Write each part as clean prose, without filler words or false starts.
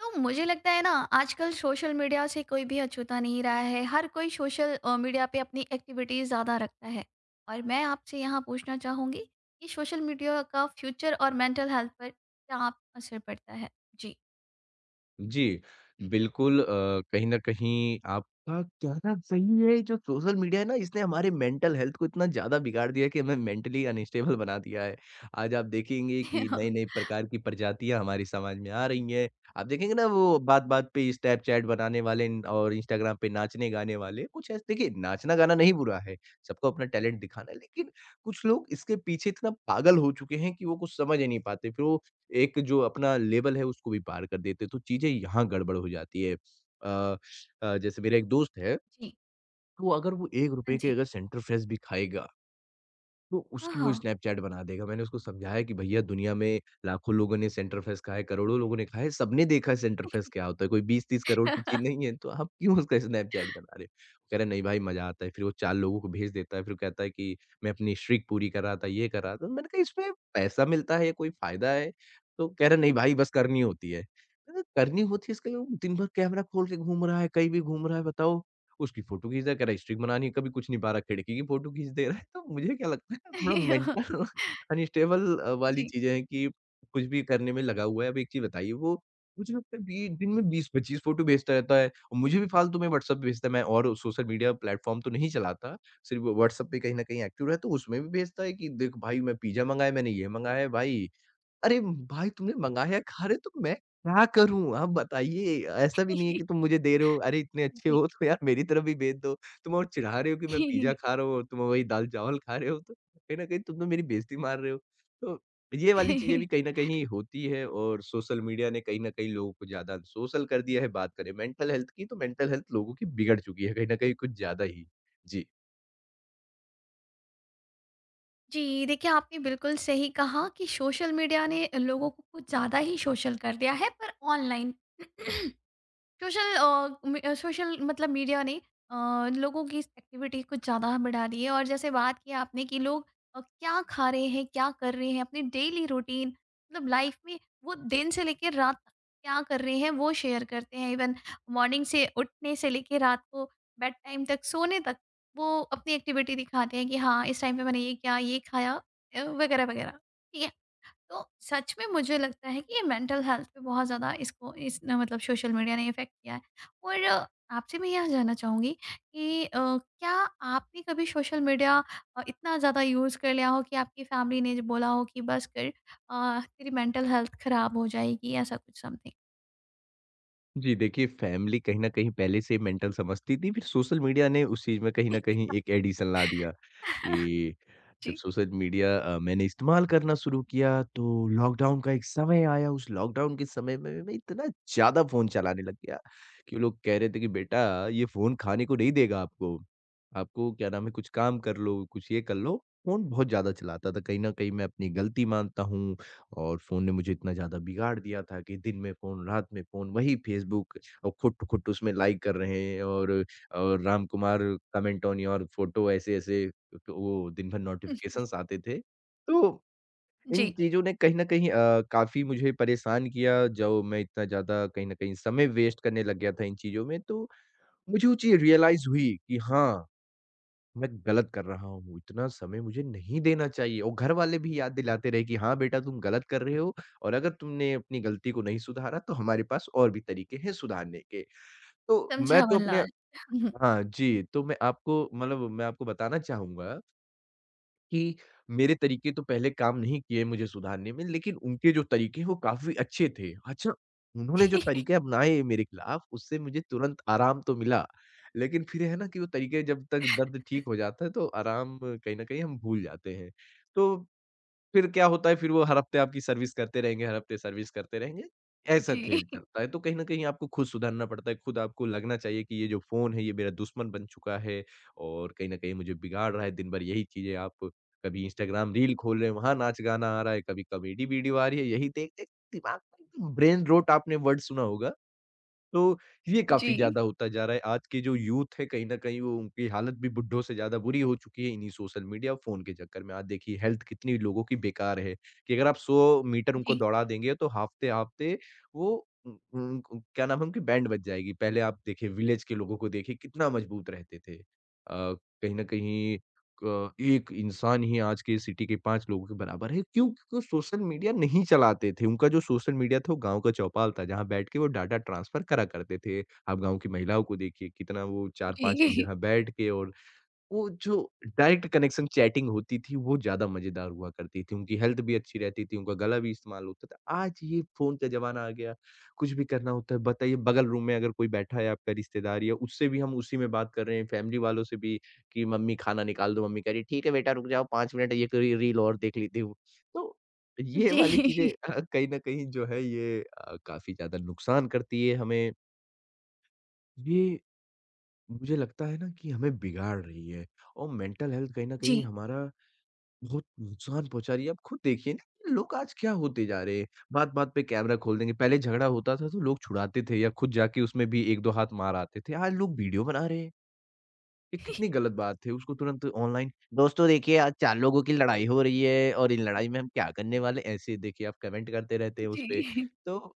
तो मुझे लगता है ना। आजकल सोशल मीडिया से कोई भी अछूता नहीं रहा है। हर कोई सोशल मीडिया पे अपनी एक्टिविटीज ज़्यादा रखता है। और मैं आपसे यहाँ पूछना चाहूँगी कि सोशल मीडिया का फ्यूचर और मेंटल हेल्थ पर क्या आप असर पड़ता है। जी। जी, बिल्कुल कहीं न कहीं आपका कहना सही है। जो सोशल मीडिया है ना, इसने हमारे मेंटल हेल्थ को इतना ज़्यादा बिगाड़ दिया है कि हमें मेंटली अनस्टेबल बना दिया है। आज आप देखेंगे कि हाँ। नई-नई प्रकार की प्रजातियाँ हमारे समाज में आ रही हैं। आप देखेंगे ना, वो बात-बात पे स्नैपचैट बनाने वाले न और इंस्टाग्राम पे नाचने-गाने वाले, कुछ ऐसे, देखिए नाचना-गाना नहीं बुरा है, सबको अपना टैलेंट दिखाना है, लेकिन कुछ लोग इसके पीछे इतना पागल हो चुके हैं कि वो कुछ समझ ही नहीं पाते। फिर वो एक जो अपना लेवल है, उसको भी पार कर देते हैं, तो चीज़ें यहाँ गड़बड़ हो जाती है। अ जैसे मेरा एक दोस्त है, जी। तो अगर वो हाँ। ₹1 के जी। अगर सेंटर फ्रेश भी खाएगा, तो हाँ। उसकी वो हाँ। स्नैपचैट बना देगा। मैंने उसको समझाया कि भैया दुनिया में लाखों लोगों ने सेंटर फेस खाया है, करोड़ों लोगों ने खाया है, सबने देखा है सेंटर फेस क्या होता है, कोई 20-30 करोड़ की चीज़ नहीं है, तो आप क्यों उसका स्नैपचैट बना रहे हो? वो कह रहा है, "नहीं भाई, मज़ा आता है।" फिर वो 4 लोगों को भेज देता है, फिर कहता है कि मैं अपनी स्ट्रीक पूरी कर रहा था, ये कर रहा था। तो मैंने कहा, इसमें पैसा मिलता है या कोई फ़ायदा है? तो कह रहा है, "नहीं भाई, बस करनी होती है।" मैंने कहा, करनी होती है इसका ये, दिन भर कैमरा खोल के घूम रहा है, कहीं भी घूम रहा है, बताओ। उसकी फ़ोटो खींच रहा है, कह रहा है स्ट्रिक बनानी है, कभी कुछ नहीं पा रहा, खिड़की की फ़ोटो खींच दे रहा है। तो मुझे क्या लगता है ना, थोड़ा मेंटल अनस्टेबल वाली जी। चीज़ें हैं कि कुछ भी करने में लगा हुआ है। अब एक चीज़ बताइए, वो मुझे लगता है बी दिन में 20-25 फ़ोटो भेजता रहता है और मुझे भी फालतू में व्हाट्सएप भेजता है। मैं और सोशल मीडिया प्लेटफ़ॉर्म तो नहीं चलाता, सिर्फ़ व्हाट्सएप पे कहीं न कहीं एक्टिव रहता हूँ, उसमें भी भेजता है कि देख भाई, मैं पिज़्ज़ा मँगाया, मैंने ये मँगाया है भाई। अरे भाई, तुमने मँगाया, खा रहे हो, तो मैं क्या करूँ? आप बताइए? ऐसा भी नहीं है जी। कि तुम मुझे दे रहे हो, अरे इतने अच्छे जी। हो तो यार मेरी तरफ भी भेज दो। तुम और चिढ़ा रहे हो कि मैं पिज़्ज़ा खा रहा हूँ और तुम वही दाल-चावल खा रहे हो, तो कहीं न कहीं तुम तो मेरी बेइज़्ज़ती मार रहे हो। तो ये वाली चीज़ें भी कहीं न कहीं होती है और सोशल मीडिया ने कहीं न कहीं लोगों को ज़्यादा सोशल कर दिया है। बात करें मेंटल हेल्थ की, तो मेंटल हेल्थ लोगों की बिगड़ चुकी है कहीं न कहीं कुछ ज़्यादा ही। जी। जी, देखिए आपने बिल्कुल सही कहा कि सोशल मीडिया ने लोगों को कुछ ज़्यादा ही सोशल कर दिया है पर ऑनलाइन सोशल सोशल मतलब मीडिया ने अ, लोगों की इस एक्टिविटी कुछ ज़्यादा बढ़ा दी है। और जैसे बात की आपने कि लोग क्या खा रहे हैं, क्या कर रहे हैं, अपनी डेली रूटीन मतलब लाइफ में वो दिन से लेकर रात तक क्या कर रहे हैं वो शेयर करते हैं। इवन मॉर्निंग से उठने से लेकर रात को बेड टाइम तक, सोने तक, वो अपनी एक्टिविटी दिखाते हैं कि हाँ इस टाइम पे मैंने ये क्या, ये खाया, वगैरह वगैरह, ठीक है। तो सच में मुझे लगता है कि ये मेंटल हेल्थ पे बहुत ज़्यादा इसको इस न, मतलब सोशल मीडिया ने इफ़ेक्ट किया है। और आपसे मैं यह जानना चाहूँगी कि क्या आपने कभी सोशल मीडिया इतना ज़्यादा यूज़ कर लिया हो कि आपकी फैमिली ने बोला हो कि बस कर, तेरी मेंटल हेल्थ खराब हो जाएगी, ऐसा कुछ समथिंग? जी, देखिए फैमिली कहीं न कहीं पहले से मेंटल समझती थी, फिर सोशल मीडिया ने उस चीज़ में कहीं न कहीं एक एडिशन ला दिया कि जब जी। सोशल मीडिया मैंने इस्तेमाल करना शुरू किया, तो लॉकडाउन का एक समय आया, उस लॉकडाउन के समय में मैं इतना ज़्यादा फ़ोन चलाने लग गया कि वो लोग कह रहे थे कि बेटा, ये फ़ोन खाने को नहीं देगा आपको। आपको क्या नाम है, कुछ काम कर लो, कुछ ये कर लो। फ़ोन बहुत ज़्यादा चलाता था, कहीं न कहीं मैं अपनी गलती मानता हूँ और फ़ोन ने मुझे इतना ज़्यादा बिगाड़ दिया था कि दिन में फ़ोन, रात में फ़ोन, वही फ़ेसबुक और खुट-खुट उसमें लाइक कर रहे हैं और Ram Kumar comment on your photo, ऐसे-ऐसे तो वो दिन भर नोटिफ़िकेशंस आते थे। तो जी, इन चीज़ों ने कहीं न कहीं काफ़ी मुझे परेशान किया, जो मैं इतना ज़्यादा कहीं न कहीं समय वेस्ट करने लग गया था इन चीज़ों में, तो मुझे वो चीज़ रियलाइज़ हुई कि हाँ, मैं गलत कर रहा हूँ, इतना समय मुझे नहीं देना चाहिए, और घरवाले भी याद दिलाते रहे कि हाँ, बेटा तुम गलत कर रहे हो और अगर तुमने अपनी गलती को नहीं सुधारा तो हमारे पास और भी तरीके हैं सुधारने के। तो मैं समझा तो अपने, मल्लाल। हाँ जी, तो मैं आपको, मतलब मैं आपको बताना चाहूँगा कि मेरे तरीके तो पहले काम नहीं किए मुझे सुधारने में, लेकिन उनके जो तरीके हैं वो काफ़ी अच्छे थे। अच्छा, उन्होंने जो तरीके अपनाए मेरे खिलाफ, उससे मुझे तुरंत आराम तो मिला, लेकिन फिर है ना कि वो तरीके जब तक दर्द ठीक हो जाता है, तो आराम कहीं न कहीं हम भूल जाते हैं। तो फिर क्या होता है, फिर वो हर हफ्ते आपकी सर्विस करते रहेंगे, हर हफ्ते सर्विस करते रहेंगे। ऐसा जी, खेल चलता है, तो कहीं न कहीं आपको खुद सुधरना पड़ता है, खुद आपको लगना चाहिए कि ये जो फ़ोन है, ये मेरा दुश्मन बन चुका है और कहीं न कहीं मुझे बिगाड़ रहा है। दिन भर यही चीज़ें, आप कभी इंस्टाग्राम रील खोल रहे हैं, वहाँ नाच-गाना आ रहा है, कभी कॉमेडी वीडियो आ रही है, यही देख-देख दिमाग में एकदम ब्रेन रोट, आपने वर्ड सुना होगा। तो ये जी, काफ़ी ज़्यादा होता जा रहा है। आज के जो यूथ है, कहीं न कहीं वो, उनकी हालत भी बुड्ढों से ज़्यादा बुरी हो चुकी है इन्हीं सोशल मीडिया और फ़ोन के चक्कर में। आज देखिए हेल्थ कितनी लोगों की बेकार है कि अगर आप 100 मीटर उनको जी, दौड़ा देंगे तो हफ़्ते-हफ़्ते वो, उन क क्या नाम है, उनकी बैंड बज जाएगी। पहले आप देखिए विलेज के लोगों को, देखिए कितना मज़बूत रहते थे। कहीं न कहीं क एक इंसान ही आज के सिटी के 5 लोगों के बराबर है। क्यों? क्योंकि वो सोशल मीडिया नहीं चलाते थे। उनका जो सोशल मीडिया था, वो गाँव का चौपाल था, जहाँ बैठ के वो डाटा ट्रांसफ़र करा करते थे। आप गाँव की महिलाओं को देखिए कितना वो 4-5 एक जी, जगह बैठ के, और वो जो डायरेक्ट कनेक्शन चैटिंग होती थी, वो ज़्यादा मज़ेदार हुआ करती थी। उनकी हेल्थ भी अच्छी रहती थी, उनका गला भी इस्तेमाल होता था। आज ये फ़ोन का ज़माना आ गया, कुछ भी करना होता है, बताइए बगल रूम में अगर कोई बैठा है आपका रिश्तेदार, या उससे भी हम उसी में बात कर रहे हैं, फैमिली वालों से भी कि मम्मी खाना निकाल दो, मम्मी कह रही है, "ठीक है बेटा, रुक जाओ 5 मिनट, ये क रील और देख लेती हूँ।" तो ये वाली चीज़ें जी, कहीं न कहीं जो है, ये काफ़ी ज़्यादा नुकसान करती है हमें। ये मुझे लगता है ना कि हमें बिगाड़ रही है और मेंटल हेल्थ कहीं न कहीं जी, हमारा बहुत नुकसान पहुँचा रही है। आप खुद देखिए ना कि लोग आज क्या होते जा रहे हैं, बात-बात पे कैमरा खोल देंगे। पहले झगड़ा होता था तो लोग छुड़ाते थे या खुद जाके उसमें भी 1-2 हाथ मार आते थे। आज लोग वीडियो बना रहे हैं। ये कितनी गलत बात है, उसको तुरंत ऑनलाइन, दोस्तों देखिए, आज 4 लोगों की लड़ाई हो रही है और इन लड़ाई में हम क्या करने वाले हैं? ऐसे देखिए आप कमेंट करते रहते हैं उसपे। जी, तो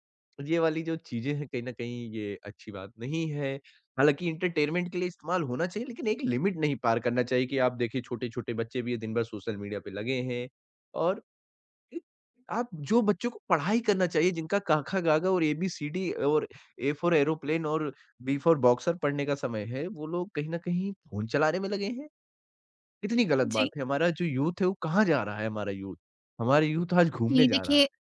ये वाली जो चीज़ें हैं कहीं न कहीं, ये अच्छी बात नहीं है। हालाँकि एंटरटेनमेंट के लिए इस्तेमाल होना चाहिए, लेकिन एक लिमिट नहीं पार करना चाहिए कि आप देखिए छोटे-छोटे बच्चे भी ये दिन भर सोशल मीडिया पे लगे हैं, और एक, आप जो बच्चों को पढ़ाई करना चाहिए, जिनका क, ख, ग, घ और एबीसीडी और ए फॉर एरोप्लेन और बी फॉर बॉक्सर पढ़ने का समय है, वो लोग कहीं न कहीं फ़ोन चलाने में लगे हैं। कितनी गलत जी। बात है, हमारा जो यूथ है, वो कहाँ जा रहा है हमारा यूथ? हमारा यूथ आज घूमने जी जा रहा देखिए है।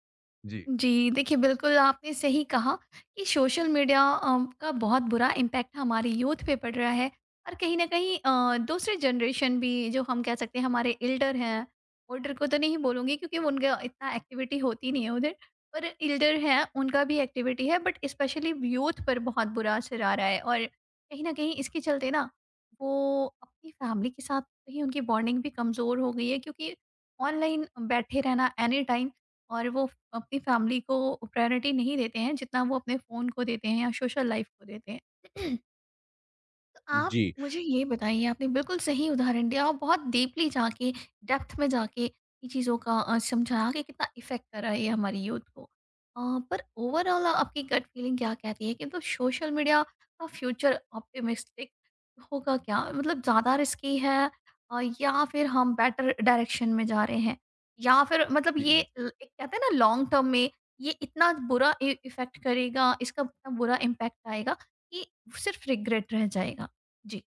जी। जी, देखिए बिल्कुल आपने सही कहा कि सोशल मीडिया का बहुत बुरा इम्पैक्ट हमारी यूथ पे पड़ रहा है। और कहीं ना कहीं दूसरे जनरेशन भी जो हम कह सकते हैं हमारे एल्डर हैं। ओल्डर को तो नहीं बोलूंगी क्योंकि उनका इतना एक्टिविटी होती नहीं है उधर। पर एल्डर हैं, उनका भी एक्टिविटी है, बट स्पेशली यूथ पर बहुत बुरा असर आ रहा है। और कहीं ना कहीं इसके चलते ना वो अपनी फैमिली के साथ कहीं उनकी बॉन्डिंग भी कमज़ोर हो गई है क्योंकि ऑनलाइन बैठे रहना एनी टाइम, और वो अपनी फैमिली को प्रायोरिटी नहीं देते हैं जितना वो अपने फ़ोन को देते हैं या सोशल लाइफ को देते हैं। तो आप जी, मुझे ये बताइए, आपने बिल्कुल सही उदाहरण दिया और बहुत डीपली जाके, डेप्थ में जाके ये चीज़ों का समझाया कि कितना इफेक्ट कर रहा है ये हमारी यूथ को। पर ओवरऑल आपकी गट फीलिंग क्या कहती है कि मतलब सोशल मीडिया का फ्यूचर ऑप्टिमिस्टिक होगा क्या, मतलब ज़्यादा रिस्की है, या फिर हम बेटर डायरेक्शन में जा रहे हैं, या फिर मतलब जी। एक कहते हैं ना लॉन्ग टर्म में ये इतना बुरा इफेक्ट करेगा, इसका इतना बुरा इम्पैक्ट आएगा कि सिर्फ रिग्रेट रह जाएगा। जी,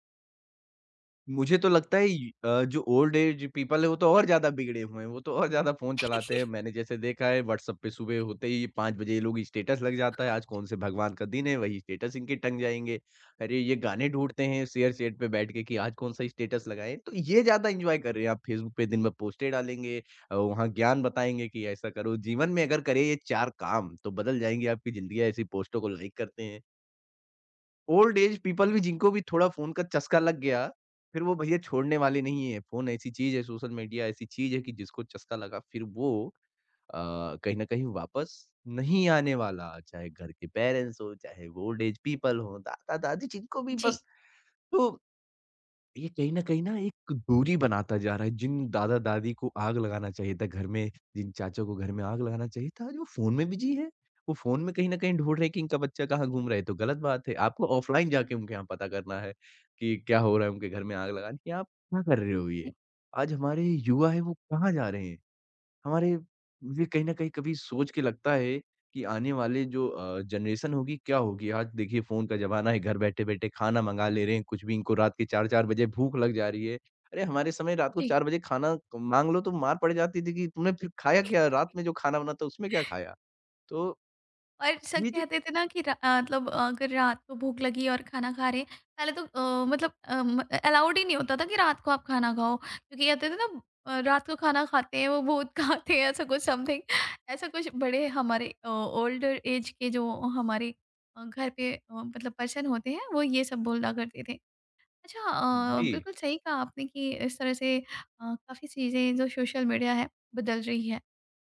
मुझे तो लगता है जो ओल्ड एज पीपल है, वो तो और ज़्यादा बिगड़े हुए हैं, वो तो और ज़्यादा फ़ोन चलाते हैं। मैंने जैसे देखा है व्हाट्सएप पे सुबह होते ही 5 बजे ये लोग स्टेटस लग जाता है, आज कौन से भगवान का दिन है, वही स्टेटस इनके टंग जाएँगे। अरे! ये गाने ढूँढते हैं शेयर-चैट पे बैठ के कि आज कौन सा स्टेटस लगाएँ, तो ये ज़्यादा एन्जॉय कर रहे हैं। आप फ़ेसबुक पे दिन भर पोस्टें डालेंगे, वहाँ ज्ञान बताएँगे कि ऐसा करो। जीवन में अगर करें ये 4 काम तो बदल जाएँगी आपकी ज़िंदगी ऐसी पोस्टों को लाइक करते हैं। ओल्ड एज जी, पीपल भी जिनको भी थोड़ा फ़ोन का चस्का लग गया, फिर वो भैया छोड़ने वाले नहीं है। फ़ोन ऐसी चीज़ है, सोशल मीडिया ऐसी चीज़ है कि जिसको चस्का लगा फिर वो कहीं न कहीं वापस नहीं आने वाला। चाहे घर के पेरेंट्स हों, चाहे वो ओल्ड एज पीपल हों, दादा-दादी जिनको भी जी, बस तो ये कहीं न कहीं ना एक दूरी बनाता जा रहा है। जिन दादा-दादी को आग लगाना चाहिए था घर में, जिन चाचा को घर में आग लगाना चाहिए था, आज वो फ़ोन में बिज़ी है। वो फ़ोन में कहीं न कहीं ढूँढ रहे हैं कि इनका बच्चा कहाँ घूम रहा है, ये तो गलत बात है। आपको ऑफ़लाइन जाके उनके यहाँ पता करना है कि क्या हो रहा है, उनके घर में आग लगानी है। आप क्या कर रहे हो ये? जी, आज हमारे युवा हैं, वो कहाँ जा रहे हैं? हमारे भी कहीं न कहीं कभी सोच के लगता है कि आने वाले जो जनरेशन होगी क्या होगी? आज देखिए फ़ोन का ज़माना है, घर बैठे-बैठे खाना मँगा ले रहे हैं, कुछ भी इनको रात के 4-4 बजे भूख लग जा रही है। अरे! हमारे समय रात को 4 बजे खाना माँग लो तो मार पड़ जाती थी कि तुमने फिर खाया क्या? जी। रात में जो खाना बना था उसमें क्या खाया? तो और सब ये जो कहते थे ना कि मतलब अगर रात को भूख लगी और खाना खा रहे हैं, पहले तो मतलब अलाउड ही नहीं होता था कि रात को आप खाना खाओ। क्योंकि कहते थे ना रात को खाना खाते हैं, वो भूत खाते हैं, ऐसा कुछ समथिंग। ऐसा कुछ बड़े हमारे ओल्डर ऐज के जो हमारे घर पे मतलब पर्सन होते हैं, वो ये सब बोला करते थे। अच्छा, जी। बिल्कुल सही कहा आपने कि इस तरह से काफ़ी चीज़ें जो सोशल मीडिया है बदल रही है।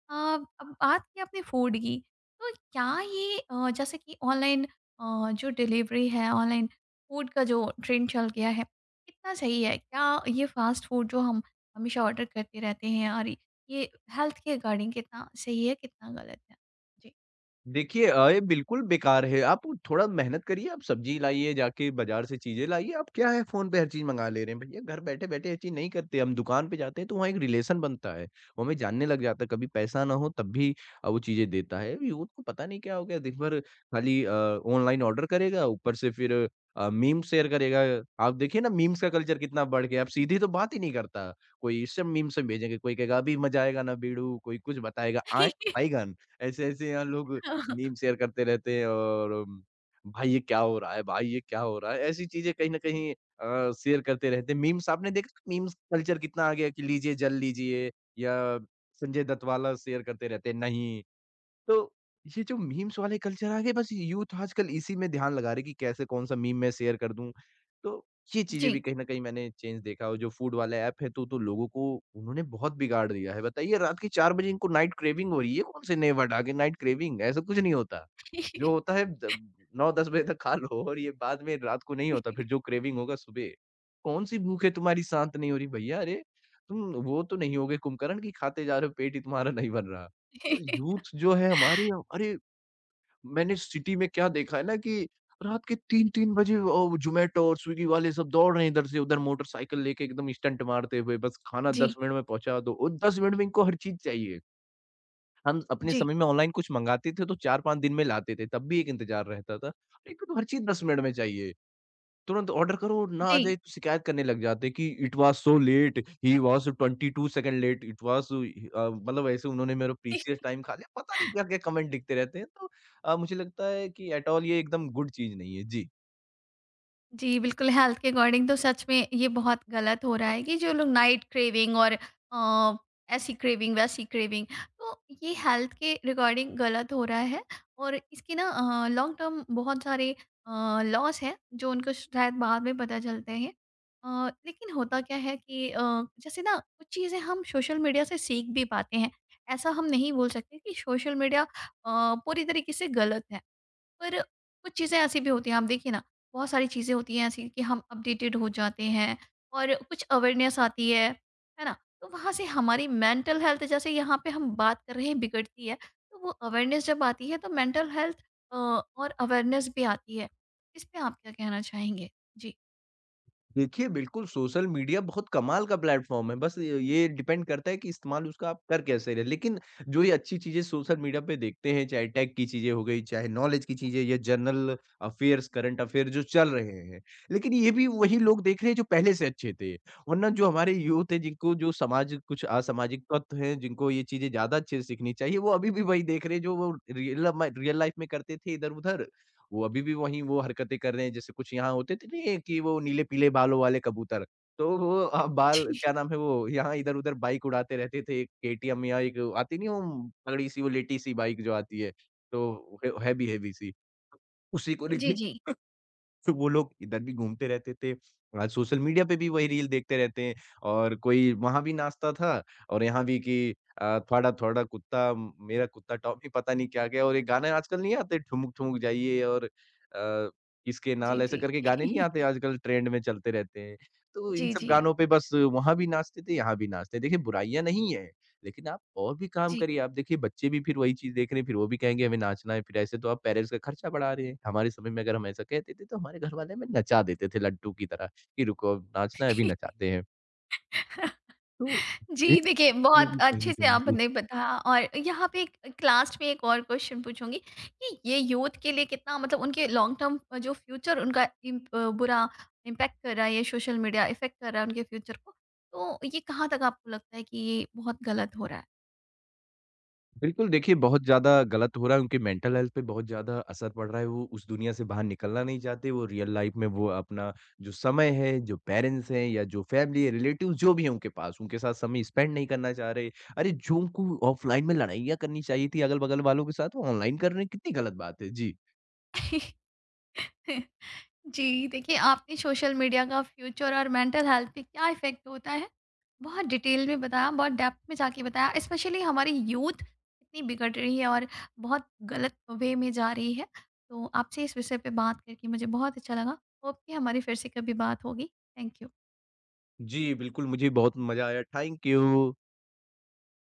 अब बात की आपने फूड की, तो क्या ये जैसे कि ऑनलाइन जो डिलीवरी है, ऑनलाइन फूड का जो ट्रेंड चल गया है, कितना सही है? क्या ये फ़ास्ट फूड जो हम हमेशा ऑर्डर करते रहते हैं, और ये हेल्थ के रिगार्डिंग कितना सही है, कितना गलत है? जी। देखिए, ये बिल्कुल बेकार है। आप थोड़ा मेहनत करिए, आप सब्ज़ी लाइए, जाके बाज़ार से चीज़ें लाइए। आप क्या है फ़ोन पे हर चीज़ मँगा ले रहे हैं। भैया घर बैठे-बैठे ये चीज़ नहीं करते। हम दुकान पे जाते हैं तो वहाँ एक रिलेशन बनता है। वो हमें जानने लग जाता है, कभी पैसा ना हो तब भी वो चीज़ें देता है। यूथ को पता नहीं क्या हो गया, दिन भर खाली ऑनलाइन ऑर्डर करेगा, ऊपर से फिर मीम शेयर करेगा। आप देखिए ना मीम्स का कल्चर कितना बढ़ गया, अब सीधी तो बात ही नहीं करता। कोई इससे मीम से भेजेंगे, कोई कहेगा अभी मज़ा आएगा ना बेडू, कोई कुछ बताएगा 嘿 आए 嘿，आएगन। ऐसे-ऐसे यहाँ लोग मीम शेयर करते रहते हैं और भाई ये क्या हो रहा है? भाई ये क्या हो रहा है? ऐसी चीज़ें कहीं न कहीं शेयर करते रहते हैं। मीम्स आपने देखा मीम्स कल्चर कितना आ गया है कि लीजिए, जल लीजिए या संजय दत्त वाला शेयर करते रहते हैं, नहीं। तो ये जो मीम्स वाले कल्चर आ गए बस यूथ आजकल इसी में ध्यान लगा रहे कि कैसे कौन-सा मीम मैं शेयर कर दूँ। तो ये चीज़ें भी 对，कहीं न कहीं मैंने चेंज देखा और जो फूड वाला ऐप है तो लोगों को उन्होंने बहुत बिगाड़ दिया है। बताइए रात के 4 बजे इनको नाइट क्रेविंग हो रही है, ये कौन से नए वर्ड आ गए नाइट क्रेविंग ऐसा कुछ नहीं होता। जो होता है द 9-10 बजे तक खा लो और ये बाद में रात को नहीं होता फिर जो क्रेविंग होगा सुबह। कौन-सी भूख है तुम्हारी शांत नहीं हो रही भैया अरे! तुम वो तो नहीं हो गए कुम्भकर्ण कि खाते जा रहे हो पेट ही तुम्हारा नहीं भर रहा। 嘿 तो 嘿，यूथ जो है हमारे यहाँ अरे! मैंने सिटी में क्या देखा है ना कि रात के 3-3 बजे ज़ोमैटो और स्विगी वाले सब दौड़ रहे हैं इधर से उधर मोटरसाइकिल लेके एकदम स्टंट मारते हुए, बस खाना 10 对，मिनट में पहुँचा दो और 10 मिनट में इनको हर चीज़ चाहिए। हम अपने 对，समय में ऑनलाइन कुछ मँगाते थे तो 4-5 दिन में लाते थे, तब भी एक इंतज़ार रहता था। अरे, इनको तो हर चीज़ 10 मिनट में चाहिए। तुरंत ऑर्डर करो, ना आ जाए 对。तो शिकायत करने लग जाते हैं कि it was so late, he was 22 second late, it was मतलब ऐसे उन्होंने मेरा प्रीशियस टाइम खा लिया, पता नहीं क्या-क्या कमेंट लिखते रहते हैं। तो मुझे लगता है कि एट ऑल ये एकदम गुड चीज़ नहीं है। जी। जी, बिल्कुल हेल्थ के अकॉर्डिंग तो सच में ये बहुत गलत हो रहा है कि जो लोग नाइट क्रेविंग और अ, ऐसी क्रेविंग, वैसी क्रेविंग, तो ये हेल्थ के रिगार्डिंग गलत हो रहा है। और इसके ना लॉन्ग टर्म बहुत सारे लॉस हैं जो उनको शायद बाद में पता चलते हैं। लेकिन होता क्या है कि जैसे ना कुछ चीज़ें हम सोशल मीडिया से सीख भी पाते हैं। ऐसा हम नहीं बोल सकते कि सोशल मीडिया पूरी तरीके से गलत है। पर कुछ चीज़ें ऐसी भी होती हैं, आप देखिए ना, बहुत सारी चीज़ें होती हैं ऐसी कि हम अपडेटेड हो जाते हैं और कुछ अवेयरनेस आती है ना। तो वहाँ से हमारी मेंटल हेल्थ, जैसे यहाँ पे हम बात कर रहे हैं, बिगड़ती है। तो वो अवेयरनेस जब आती है तो मेंटल हेल्थ और अवेयरनेस भी आती है। इस पे आप क्या कहना चाहेंगे? जी। देखिए, बिल्कुल सोशल मीडिया बहुत कमाल का प्लेटफ़ॉर्म है, बस य ये डिपेंड करता है कि इस्तेमाल उसका आप कर कैसे रहे हैं। लेकिन जो ये अच्छी चीज़ें सोशल मीडिया पे देखते हैं, चाहे टेक की चीज़ें हो गई, चाहे नॉलेज की चीज़ें या जनरल अफ़ेयर्स, करंट अफ़ेयर जो चल रहे हैं। लेकिन ये भी वही लोग देख रहे हैं जो पहले से अच्छे थे, वरना जो हमारे यूथ है जिनको जो समाज कुछ असामाजिक तत्व हैं, जिनको ये चीज़ें ज़्यादा अच्छे से सीखनी चाहिए, वो अभी भी वही देख रहे हैं जो वो रियल लाइफ़ में करते थे इधर-उधर वो अभी भी वही वो हरकतें कर रहे हैं, जैसे कुछ यहाँ होते थे नहीं है कि वो नीले-पीले बालों वाले कबूतर, तो वो बाल क्या नाम है वो यहाँ इधर-उधर बाइक उड़ाते रहते थे, एक केटीएम या एक आती नहीं वो तगड़ी-सी वो लेटी-सी बाइक जो आती है, तो है हैवी-हैवी सी। उसी को जी, जी, लेके जी, फिर वो लोग इधर भी घूमते रहते थे। आज सोशल मीडिया पे भी वही रील देखते रहते हैं और कोई वहाँ भी नाचता था और यहाँ भी कि थोड़ा-थोड़ा कुत्ता मेरा कुत्ता टॉमी पता नहीं क्या-क्या और एक गाने आजकल नहीं आते ठुमुक ठुमुक जाइए और अ, इसके नाल ऐसे जी। करके गाने नहीं आते आजकल ट्रेंड में चलते रहते हैं। तो इन जी, सब जी, गानों पे बस वहाँ भी नाचते थे, यहाँ भी नाचते हैं। देखिए बुराइयाँ नहीं है। लेकिन आप और भी काम जी, करिए, आप देखिए बच्चे भी फिर वही चीज़ देख रहे हैं, फिर वो भी कहेंगे हमें नाचना है, फिर ऐसे तो आप पेरेंट्स का खर्चा बढ़ा रहे हैं। हमारे समय में अगर हम ऐसा कहते थे तो हमारे घर वाले हमें नचा देते थे लड्डू की तरह, कि रुको अब नाचना है अभी जी। नचाते हैं। तो जी, जी, देखिए जी, बहुत जी, कहीं न अच्छे से कहीं। आपने बताया। और यहाँ पे एक लास्ट में एक और क्वेश्चन पूछूँगी कि ये यूथ के लिए कितना, मतलब उनके लॉन्ग टर्म जो फ्यूचर, उनका बुरा इम्पैक्ट कर रहा है ये सोशल मीडिया, इफ़ेक्ट कर रहा है उनके फ्यूचर को, तो ये कहाँ तक आपको लगता है कि ये बहुत गलत हो रहा बिल्कुल, देखिए बहुत ज़्यादा गलत हो रहा है, उनके मेंटल हेल्थ पे बहुत ज़्यादा असर पड़ रहा है, वो उस दुनिया से बाहर निकलना नहीं चाहते, वो रियल लाइफ में वो अपना जो समय है, जो पेरेंट्स हैं या जो फैमिली है, रिलेटिव्स जो भी हैं उनके पास, उनके साथ समय स्पेंड नहीं करना चाह रहे। अरे! जो उनको ऑफ़लाइन में लड़ाइयाँ करनी चाहिए थी अगल-बगल वालों के साथ, वो ऑनलाइन कर रहे हैं, कितनी गलत बात है। जी। है? जी, देखिए आपने सोशल मीडिया का फ्यूचर और मेंटल हेल्थ पे क्या इफ़ेक्ट होता है, बहुत डिटेल में बताया, बहुत डेप्थ में जाके बताया। स्पेशली हमारी यूथ इतनी बिगड़ रही है और बहुत गलत वे में जा रही है। तो आपसे इस विषय पे बात करके मुझे बहुत अच्छा लगा। होप कि हमारी फिर से कभी बात होगी। Thank you. जी, बिल्कुल मुझे बहुत मज़ा आया, थैंक यू।